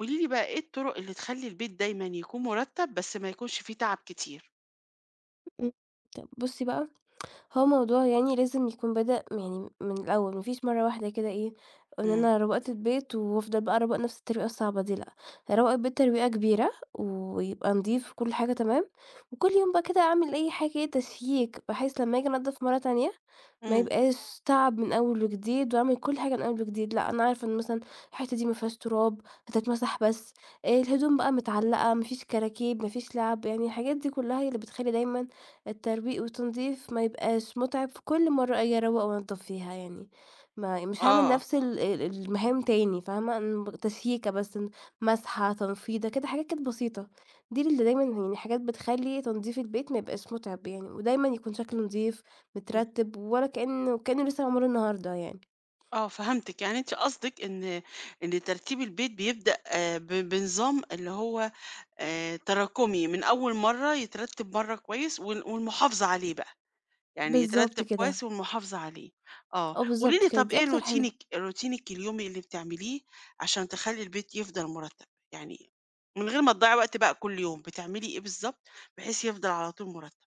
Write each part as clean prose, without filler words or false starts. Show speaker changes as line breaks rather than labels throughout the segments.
قولي لي بقى إيه الطرق اللي تخلّي البيت دايمًا يكون مُرتّب بس ما يكونش فيه تعب كتير؟
إمم، طَب بُصّي بقى، هو موضوع يعني لازم يكون بدأ يعني من الأول، ما فيش مرّة واحدة كده إيه، إن
إمم،
أنا روّقت البيت وافضل بقى أروّق نفس الترويقة الصعبة دي لأ، هاروّق البيت ترويقة كبيرة ويبقى نضيف وكل حاجة تمام، وكل يوم بقى كده أعمل أي حاجة إيه تشييك، بحيث لمّا آجي أنضّف مرّة تانية ما
إمم.
يبقاش تعب من أول وجديد وأعمل كل حاجة من أول وجديد، لأ أنا عارفة إن مثلًا الحتة دي ما فيهاش تراب، هتتمسح بس، الهدوم بقى متعلّقة، ما فيش كراكيب، ما فيش لعب، يعني الحاجات دي كلّها هي اللي بتخلّي دايمًا الترويق والتنضيف ما يبقاش مُتعب في كل مرّة آجي أروّق وأنضّف فيها يعني، ما مش هاعمل
آه،
نفس ال المهام تاني فاهمة، م تسييكة بس ن مسحة، تنفيضة كده حاجات كانت بسيطة، دي اللي دايمًا يعني حاجات بتخلّي تنضيف البيت ما يبقاش مُتعب يعني، ودايمًا يكون شكله نضيف،
إمم،
مترتب، ولا كأنه لسه معمول النهارده يعني.
آه فهمتِك، يعني أنتِ قصدِك إن ترتيب البيت بيبدأ آه، بنظام اللي هو تراكمي، من أول مرّة يترتّب مرّة كويس والمحافظة عليه بقى. يعني
بالضبط
يترتب
كده،
كويس والمحافظة عليه. آه،
آه
قولي
بالضبط
لي
كده،
طب
دي
إيه
أكتر حاجة.
روتينِك اليومي اللي بتعمليه عشان تخلّي البيت يفضل مُرتّب؟ يعني من غير ما تضيّعي وقت بقى كل يوم، بتعملي إيه بالضبط بحيث يفضل على طول مُرتّب؟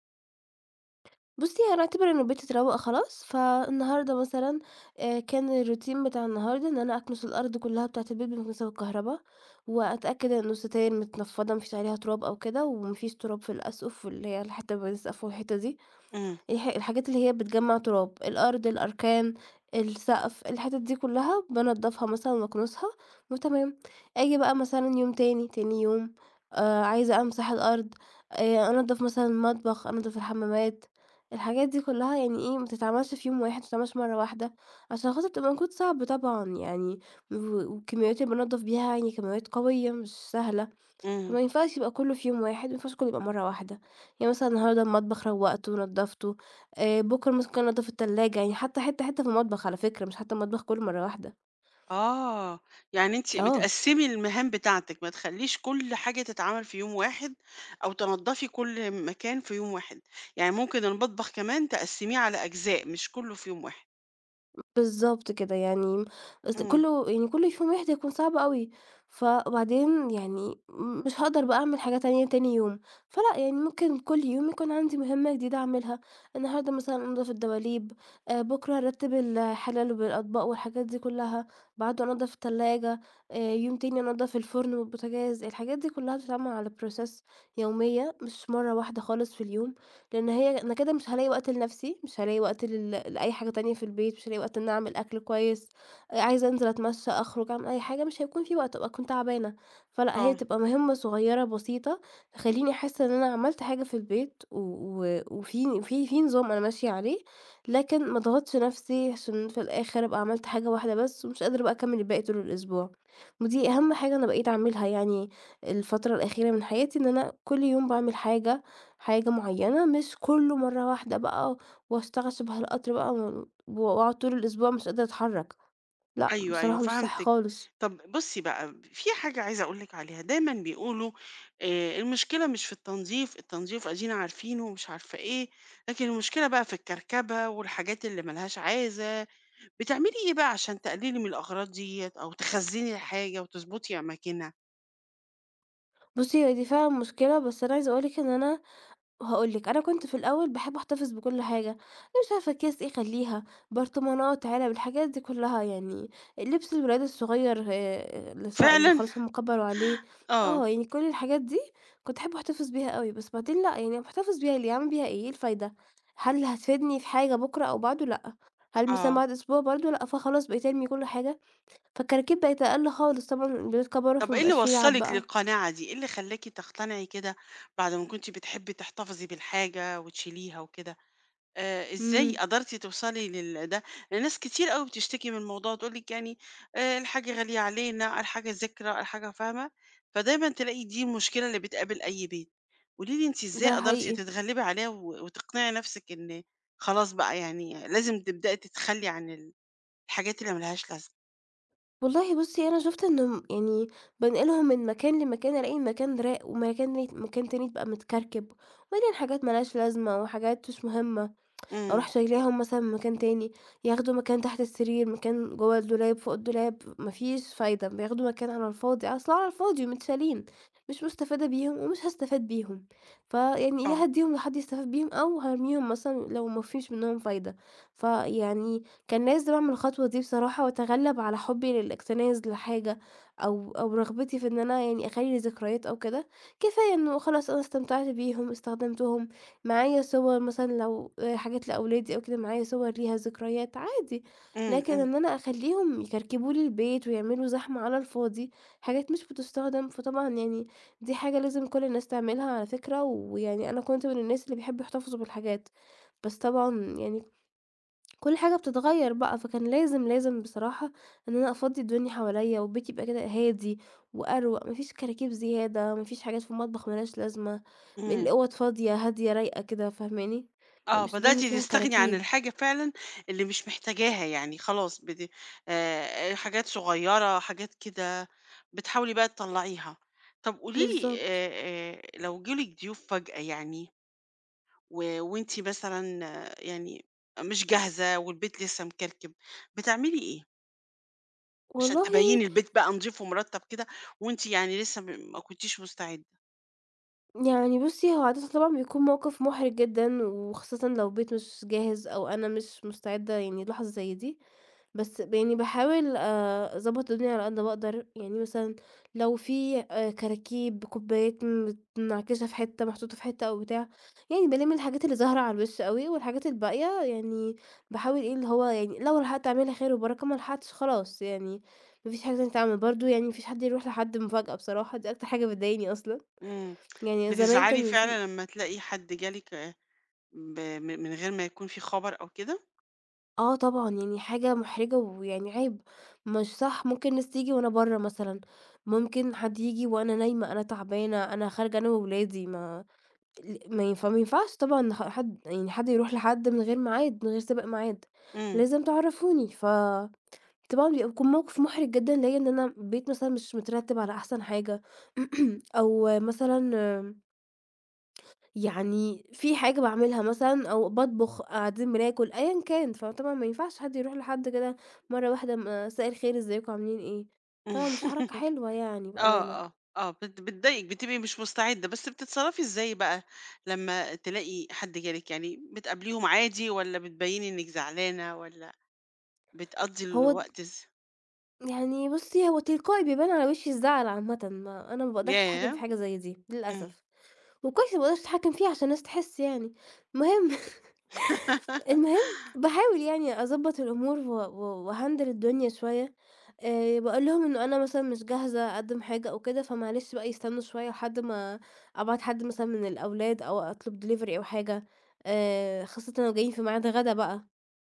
بُصّي، أنا أعتبر إن البيت اتروّق خلاص، فالنهارده مثلًا كان الروتين بتاع النهارده إن أنا أكنس الأرض كلّها بتاعة البيت بالمكنسة بالكهربا، وأتأكد إن الستاير متنفّضة ما فيش عليها تراب أو كده، وما فيش تراب في الأسقف واللي هي الحتّة بين السقف والحيطة دي،
إمم،
الحاجات اللي هي بتجمّع تراب، الأرض، الأركان، السقف، الحتت دي كلّها بانضّفها مثلًا وأكنسها وتمام. آجي بقى مثلًا يوم تاني، تاني يوم عايزة أمسح الأرض، أنضّف مثلًا المطبخ، أنضّف الحمامات، الحاجات دي كلّها يعني إيه، ما بتتعملش في يوم واحد، ما بتتعملش مرّة واحدة، عشان خاطر بتبقى مجهود صعب طبعًا يعني و والكميات اللي بانضّف بيها يعني كميات قوية مش سهلة.
إمم،
فما ينفعش يبقى كلّه في يوم واحد، ما ينفعش كلّه يبقى مرّة واحدة، يعني مثلًا النهارده المطبخ روّقته ونضّفته، بُكرة ممكن أنضّف التلاجة، يعني حتى حتّة، حتّة في المطبخ على فكرة، مش حتى المطبخ كلّه مرّة واحدة.
آه، يعني أنتِ
آه.
بتقسّمي المهام بتاعتِك، ما تخلّيش كل حاجة تتعمل في يوم واحد أو تنضّفي كل مكان في يوم واحد، يعني ممكن المطبخ كمان تقسّميه على أجزاء مش كُلّه في يوم واحد.
بالضبط كده، يعني أصل
إمم،
كُلّه يعني كُل يوم واحد هيكون صعب أوي، وبعدين يعني مش هاقدر بقى أعمل حاجة تانية تاني يوم، فلأ يعني ممكن كل يوم يكون عندي مهمة جديدة أعملها، النهارده مثلًا أنضف الدواليب، بُكرة أرتّب الحلل بالأطباق والحاجات دي كلّها، بعده أنضف التلاجة، يوم تاني أنضف الفرن والبوتاجاز، الحاجات دي كلّها بتتعمل على process يومية مش مرّة واحدة خالص في اليوم. لإن هي أنا كده مش هالاقي وقت لنفسي، مش هالاقي وقت لأي حاجة تانية في البيت، مش هالاقي وقت إن أنا أعمل أكل كويس، عايزة أنزل أتمشى، أخرج، أعمل أي حاجة، مش هيكون في وقت، أكون تعبانة. فلأ، هي
آه.
تبقى مهمة صغيرة بسيطة تخلّيني أحس إن أنا عملت حاجة في البيت و و وفي في نظام أنا ماشية عليه، لكن ما اضغطش نفسي عشان في الآخر أبقى عملت حاجة واحدة بس ومش قادرة بقى أكمل الباقي طول الأسبوع. ودي أهم حاجة أنا بقيت أعملها يعني الفترة الأخيرة من حياتي، إن أنا كل يوم باعمل حاجة معيّنة، مش كلّه مرّة واحدة بقى واشتغل شبه القطر بقى واقعد طول الأسبوع مش قادرة أتحرّك، لأ
أيوه، أيوه
بصراحة مش صح
فهمتِك.
خالص.
طَب بُصّي بقى، في حاجة عايزة أقول لِك عليها، دايمًا بيقولوا المشكلة مش في التنظيف، التنظيف أدينا عارفينه ومش عارفة إيه، لكن المشكلة بقى في الكركبة والحاجات اللي ما لهاش عازة. بتعملي إيه بقى عشان تقللي من الأغراض ديّة أو تخزّني الحاجة وتضبطي أماكنها؟
بُصّي، هي دي فعلًا مشكلة، بس أنا عايزة أقول لِك إن أنا هاقول لِك، أنا كنت في الأول باحب أحتفظ بكل حاجة، مش عارفة أكياس إيه أخلّيها، برطمانات، علب، الحاجات دي كلّها يعني، لبس الولاد الصغير اللي ص اللي
فعلًا؟
خلاص هُم كبّروا عليه،
آه،
آه، يعني كل الحاجات دي كنت أحب أحتفظ بيها أوي، بس بعدين لأ، يعني باحتفظ بيها ليه، هاعمل بيها إيه، إيه الفايدة؟ هل هتفيدني في حاجة بُكرة أو بعده؟ لأ، هل مثلًا
آه.
بعد أسبوع برضه؟ لأ، فخلاص بقيت أرمي كل حاجة، فالكراكيب بقت أقل خالص طبعًا الولاد كبروا
طَب
فما
إيه اللي
بقاش في لعب
وصّلِك
بقى،
للقناعة دي؟ إيه اللي خلّاكِ تقتنعي كده بعد ما كنتِ بتحبي تحتفظي بالحاجة وتشيليها وكده؟ إزاي
إمم،
قدرتِ توصلي لل ده؟ ناس كتير أوي بتشتكي من الموضوع، تقول لِك يعني الحاجة غالية علينا، الحاجة ذكرى، الحاجة فاهمة؟ فدايمًا تلاقي دي المشكلة اللي بتقابل أي بيت. قولي لي أنتِ إزاي
ده
قدرتِ
حقيقي.
تتغلبي عليها وتقنعي نفسِك إن خلاص بقى يعني لازم تبدئي تتخلّي عن الحاجات اللي ما لهاش لازمة؟
والله بُصّي، أنا شُفت إن م يعني بانقلهم من مكان لمكان، ألاقي المكان راق ومكان ن مكان تاني يبقى متكركب، مليان حاجات ما لهاش لازمة وحاجات مش مهمة.
إمم،
أروح شايلاهم مثلًا من مكان تاني، ياخدوا مكان تحت السرير، مكان جوّه الدولاب، فوق الدولاب، ما فيش فايدة، بياخدوا مكان على الفاضي، أصل على الفاضي ومتشالين، مش مستفادة بيهم ومش هاستفاد بيهم، فيعني يا
آه،
هادّيهم لحد يستفاد بيهم أو هارميهم مثلًا لو ما فيش منّهم فايدة، فيعني كان لازم أعمل الخطوة دي بصراحة وأتغلّب على حُبّي للاكتناز لحاجة أو رغبتي في إن أنا يعني أخلّي ذكريات أو كده، كفاية إنه خلاص أنا استمتعت بيهم، استخدمتهم. معايا صور مثلًا لو حاجات لأولادي أو كده، معايا صور ليها ذكريات عادي،
إمم،
لكن
إمم،
إن أنا أخلّيهم يكركبوا لي البيت ويعملوا زحمة على الفاضي، حاجات مش بتستخدم، فطبعًا يعني دي حاجة لازم كل الناس تعملها على فكرة، ويعني أنا كنت من الناس اللي بيحبوا يحتفظوا بالحاجات، بس طبعًا يعني كل حاجة بتتغيّر بقى، فكان لازم بصراحة إن أنا أفضّي الدنيا حواليّا، وبيتي يبقى كده هادي وأروَق، ما فيش كراكيب زيادة، ما فيش حاجات في المطبخ ما لهاش لازمة،
إمم.
الأوَض فاضية، هادية، رايقة كده، فاهماني؟ ما
آه،
يبقاش الدنيا
بدأتِ
فيها
تستغني عن
كراكيب.
الحاجة فعلًا اللي مش محتاجاها، يعني خلاص بت حاجات صغيّرة، حاجات كده بتحاولي بقى تطلّعيها. طَب قولي لي
بالضبط.
لو جه لِك ضيوف فجأة يعني وأنتِ مثلًا آه، يعني مش جاهزة والبيت لسه مكركب، بتعملي إيه عشان
والله
تبيّني البيت بقى نضيف ومرتّب كده وأنتِ يعني لسه م ما كنتيش مستعدة؟
يعني بُصّي، هو عادةً طبعًا بيكون موقف مُحرِج جدًا، وخاصةً لو البيت مش جاهز أو أنا مش مستعدة يعني للحظة زي دي، بس ب يعني باحاول أضبّط الدنيا على قد ما أقدر، يعني مثلًا لو في كراكيب، كوبايات متنعكشة في حتّة، محطوطة في حتّة أو بتاع، يعني بالِم الحاجات اللي ظاهرة على الوِش أوي، والحاجات الباقية يعني باحاول إيه، اللي هو يعني لو لحقت أعملها خير وبركة، ما لحقتش خلاص يعني ما فيش حاجة تانية تتعمل، برضه يعني ما فيش حد يروح لحد مفاجأة بصراحة، دي أكتر حاجة بتضايقني أصلًا.
إمم،
يعني زمان
بتزعلي
كان في
فعلًا لمّا تلاقي حد جه لِك ب م من غير ما يكون في خبر أو كده؟
آه طبعًا، يعني حاجة مُحرِجة ويعني عيب، مش صح، ممكن ناس تيجي وأنا برّه مثلًا، ممكن حد ييجي وأنا نايمة، أنا تعبانة، أنا خارجة أنا وولادي ما ل ما ينف ما ينفعش طبعًا ح حد يعني حد يروح لحد من غير ميعاد، من غير سابق ميعاد،
إمم.
لازم تعرّفوني. ف طبعًا بيكون موقِف مُحرِج جدًا ليّا إن أنا البيت مثلًا مش مترتِّب على أحسن حاجة أو مثلًا يعني في حاجة باعملها مثلًا أو باطبخ، قاعدين بناكل، أيًا كان، فطبعًا ما ينفعش حد يروح لحد كده مرّة واحدة مساء الخير إزيكم عاملين إيه، طبعًا مش حركة حلوة يعني
آه، آه،
بأمانة.
آه، بتضايقِك، بتبقي مش مستعدة، بس بتتصرّفي إزاي بقى لمّا تلاقي حد جالِك؟ يعني بتقابليهم عادي والّا بتبيّني إنِّك زعلانة والّا بتقضّي
هو د
الوقت إز
يعني بُصّي، هو تلقائي بيبان على وشي الزعل عامةً، ما أنا ما باقدرش أتحكم في
ياه!
حاجة زي دي
إمم.
للأسف، وكويس ما باقدرش أتحكم فيها عشان الناس تحس يعني. المهم المهم باحاول يعني أضبّط الأمور و و وأهندل الدنيا شوية، باقول لهم إنه أنا مثلًا مش جاهزة أقدّم حاجة أو كده، فمعلش بقى يستنوا شوية لحد ما أبعت حد مثلًا من الأولاد أو أطلب delivery أو حاجة، خاصةً لو جايين في ميعاد غدا بقى،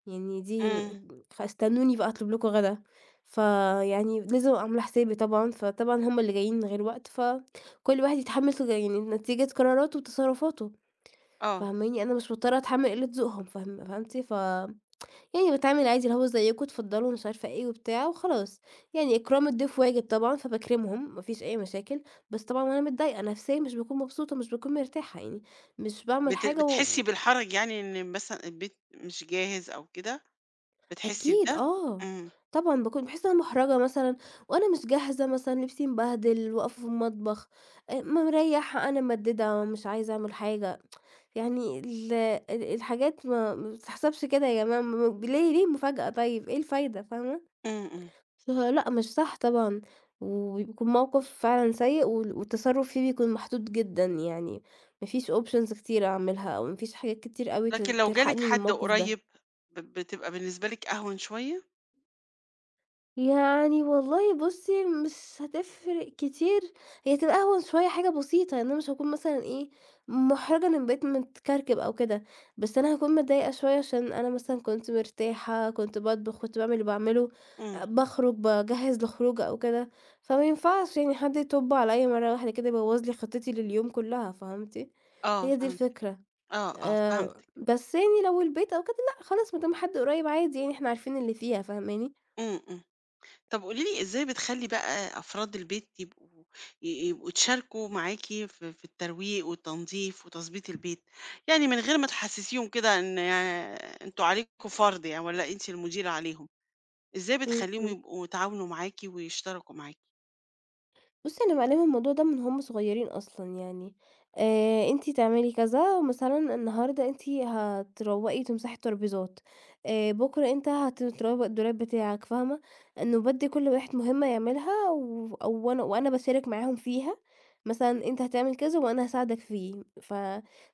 يعني دي
إمم،
ال خ استنوني بقى أطلب لكم غدا، فيعني لازم أبقى عاملة حسابي طبعًا، فطبعًا هم اللي جايين من غير وقت، فكل واحد يتحمّل ت يعني نتيجة قراراته وتصرفاته.
آه.
فاهماني؟ أنا مش مضطرة أتحمّل قِلّة ذوقهم فاهم فهمتِ؟ ف يعني باتعامل عادي اللي هو زيّكم اتفضّلوا ومش عارفة إيه وبتاع وخلاص، يعني إكرام الضيف واجب طبعًا فباكرمهم ما فيش أي مشاكل، بس طبعًا وأنا متضايقة نفسيًا مش باكون مبسوطة، مش باكون مرتاحة يعني، مش باعمل حاجة
بتحسّي
و
بالحرج يعني إن مثلًا البيت مش جاهز أو كده، بتحسّي
أكيد
بده؟
آه،
إمم،
طبعًا باكون باحس إن أنا مُحرَجة مثلًا وأنا مش جاهزة مثلًا لبسي مبهدل واقفة في المطبخ، م مريّحة أنا ممدّدة مش عايزة أعمل حاجة. يعني ال الحاجات ما بتتحسبش كده يا جماعة ما ليه مفاجأة طيب، إيه الفايدة فاهمة؟
إمم، إمم.
فلأ مش صح طبعًا، وبيكون موقف فعلًا سيء والتصرُّف فيه بيكون محدود جدًا، يعني ما فيش options كتيرة أعملها أو ما فيش حاجات كتير أوي
لكن
تل
لو جالِك
تلحقني من
حد
الموقف ده.
قريب بتبقى بالنسبة لِك أهون شوية؟
يعني والله بُصّي، مش هتفرق كتير، هي هتبقى أهون شوية حاجة بسيطة، يعني أنا مش هاكون مثلًا إيه، مُحرَجة إن بقيت متكركب أو كده، بس أنا هاكون متضايقة شوية عشان أنا مثلًا كنت مرتاحة، كنت باطبخ، كنت باعمل اللي باعمله،
إمم،
أ باخرج، باجهّز لخروجة أو كده، فما ينفعش يعني حد يطُب عليَّ مرّة واحدة كده يبوّظ لي خطتي لليوم كلّها، فهمتِ؟
آه
هي دي
فهمت،
الفكرة،
آه، آه، فهمت.
بس يعني لو البيت أو كده لأ، خلاص ما دام حد قريب عادي يعني إحنا عارفين اللي فيها، فاهماني؟
إمم، إمم. طب قولي لي إزاي بتخلّي بقى أفراد البيت يبقوا يبقوا يتشاركوا معاكِ في الترويق والتنضيف وتضبيط البيت؟ يعني من غير ما تحسّسيهم كده إن أنتم عليكم فرض يعني والّا أنتِ المديرة عليهم، إزاي بتخلّيهم
إمم.
يبقوا يتعاونوا معاكِ ويشتركوا معاكِ؟
بُصّي، أنا مقلّبة الموضوع ده من هُم صغيّرين أصلًا يعني، أنتِ تعملي كذا، مثلًا النهارده أنتِ هتروّقي تمسحي الترابيزات، بُكرة أنت هتروّق الدولاب بتاعك، فاهمة؟ إنه بادّي كل واحد مهمة يعملها و أو وأنا وأنا باشارك معاهم فيها، مثلًا أنت هتعمل كذا وأنا هاساعدك فيه،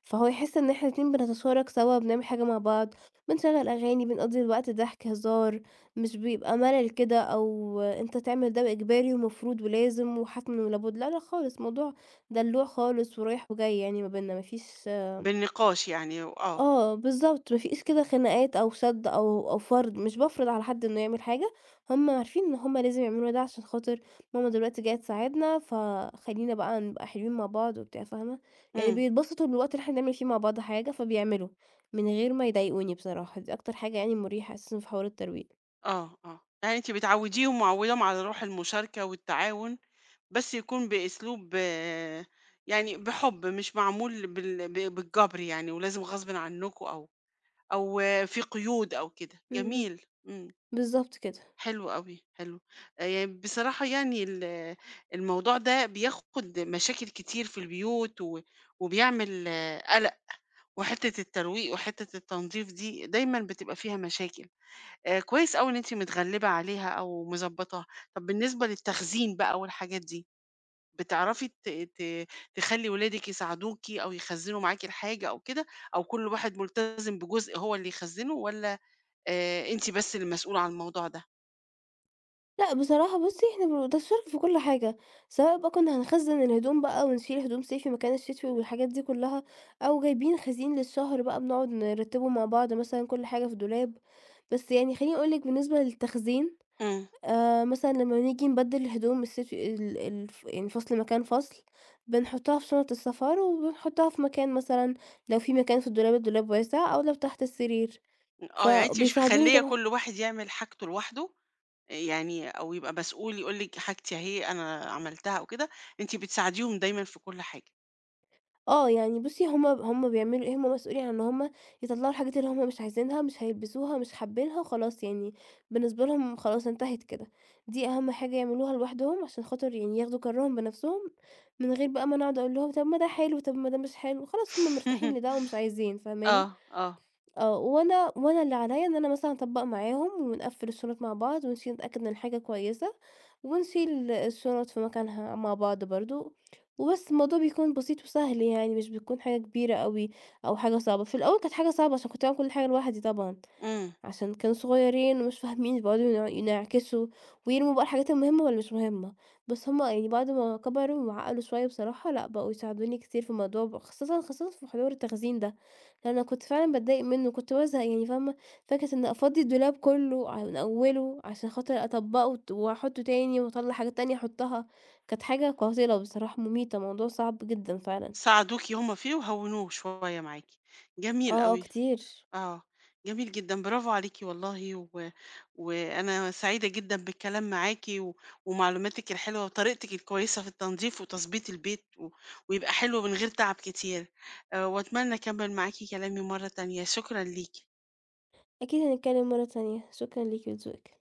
فهو يحس إن إحنا الاتنين بنتشارك سوا، بنعمل حاجة مع بعض، بنشغّل أغاني، بنقضّي الوقت ضحك، هزار. مش بيبقى ملل كده أو أنت تعمل ده إجباري ومفروض ولازم وحتمًا ولابد، لا، لا خالص، الموضوع دلوع خالص ورايح وجاي يعني ما بيننا، ما فيش
بالنقاش يعني آه،
آه بالضبط، ما فيش كده خناقات أو سَد أو فرض، مش بافرض على حد إنه يعمل حاجة، هُم عارفين إن هُم لازم يعملوا ده عشان خاطر ماما دلوقتي جاية تساعدنا، فخلّينا بقى نبقى حلوين مع بعض وبتاع، فاهمة؟ يعني
إمم،
بيتبسطوا بالوقت اللي إحنا بنعمل فيه مع بعض حاجة، فبيعملوا من غير ما يضايقوني بصراحة، دي أكتر حاجة يعني مُريحة أساسًا في حوار الترويق.
آه، آه. يعني أنتِ بتعوّديهم، معوّداهم على روح المشاركة والتعاون بس يكون بأسلوب آه، يعني بحب مش معمول بالجبر يعني ولازم غصب عنكم او او آه، في قيود او كده
اهم،
جميل امم
بالضبط كده.
حلو قوي حلو آه، يعني بصراحة يعني الموضوع ده بياخد مشاكل كتير في البيوت وبيعمل آه، قلق وحتة الترويق وحتة التنظيف دي دايما بتبقى فيها مشاكل آه، كويس قوي ان انت متغلبة عليها او مظبطاها طب بالنسبة للتخزين بقى والحاجات دي بتعرفي ت ت تخلّي ولادِك يساعدوكِ أو يخزّنوا معاكِ الحاجة أو كده، أو كل واحد ملتزم بجزء هو اللي يخزّنه والّا أنتِ بس اللي مسؤولة عن الموضوع ده؟
لأ بصراحة بُصّي، إحنا بنتشارك في كل حاجة، سواء بقى كنا هنخزّن الهدوم بقى ونشيل هدوم صيفي مكان الشتوي والحاجات دي كلّها، أو جايبين خزين للشهر بقى بنقعد نرتّبه مع بعض مثلًا كل حاجة في دولاب، بس يعني خلّيني أقول لِك بالنسبة للتخزين
إمم.
مثلًا لمّا نيجي نبدّل الهدوم الصيفي ال الف يعني فصل مكان فصل، بنحطّها في شنط السفر وبنحطّها في مكان مثلًا لو في مكان في الدولاب، الدولاب واسع أو لو تحت السرير،
آه، يعني أنتِ مش
فبيساعدوني
مخلّية
طبعًا.
كل واحد يعمل حاجته لوحده، يعني أو يبقى مسؤول يقول لِك حاجتي أهي أنا عملتها أو كده، أنتِ بتساعديهم دايمًا في كل حاجة.
آه، يعني بُصّي هم بيعملوا إيه، هم مسؤولين عن إن هم يطلّعوا الحاجات اللي هم مش عايزينها، مش هيلبسوها، مش حابينها، خلاص يعني بالنسبة لهم خلاص انتهت كده، دي أهم حاجة يعملوها لوحدهم عشان خاطر يعني ياخدوا قرارهم بنفسهم، من غير بقى ما أنا أقعد أقول لهم طب ما ده حلو، طب ما ده مش حلو، خلاص هم مرتاحين لده ومش عايزين، فاهماني؟
آه، آه.
آه، وأنا اللي عليَّ إن أنا مثلًا أطبّق معاهم ونقفّل الشنط مع بعض ونشيل نتأكد إن الحاجة كويسة، ونشيل الشنط في مكانها مع بعض برضه، وبس الموضوع بيكون بسيط وسهل يعني مش بتكون حاجة كبيرة أوي أو حاجة صعبة، في الأول كانت حاجة صعبة عشان كنت باعمل كل حاجة لوحدي طبعًا.
إمم،
عشان كانوا صغيرين ومش فاهمين بيقعدوا ينع ينعكسوا ويرموا بقى الحاجات المهمة واللي مش مهمة، بس هُم يعني بعد ما كبروا وعقلوا شوية بصراحة لأ، بقوا يساعدوني كتير في الموضوع ب خاصةً في حوار التخزين ده، لأن أنا كنت فعلًا باتضايق منه، كنت بازهق يعني فاهمة، فكرة إني أفضّي الدولاب كله ع من أوله عشان خاطر أطبّقه وأحطّه تاني وأطلّع حاجات تانية أحطّها، كانت حاجة قاتلة بصراحة مميتة، موضوع صعب جدًا فعلًا.
ساعدوكِ هُم فيه وهوّنوه شوية معاكِ، جميل
آه، آه
أوي.
كتير.
آه، جميل جدًا، برافو عليكِ والله، وأنا سعيدة جدًا بالكلام معاكِ ومعلوماتِك الحلوة وطريقتِك الكويسة في التنضيف وتظبيط البيت ويبقى حلو من غير تعب كتير، وأتمنى أكمّل معاكِ كلامي مرّة تانية، شكرًا ليكِ.
أكيد هنتكلم مرة تانية، شكرًا ليكِ ولذوقِك.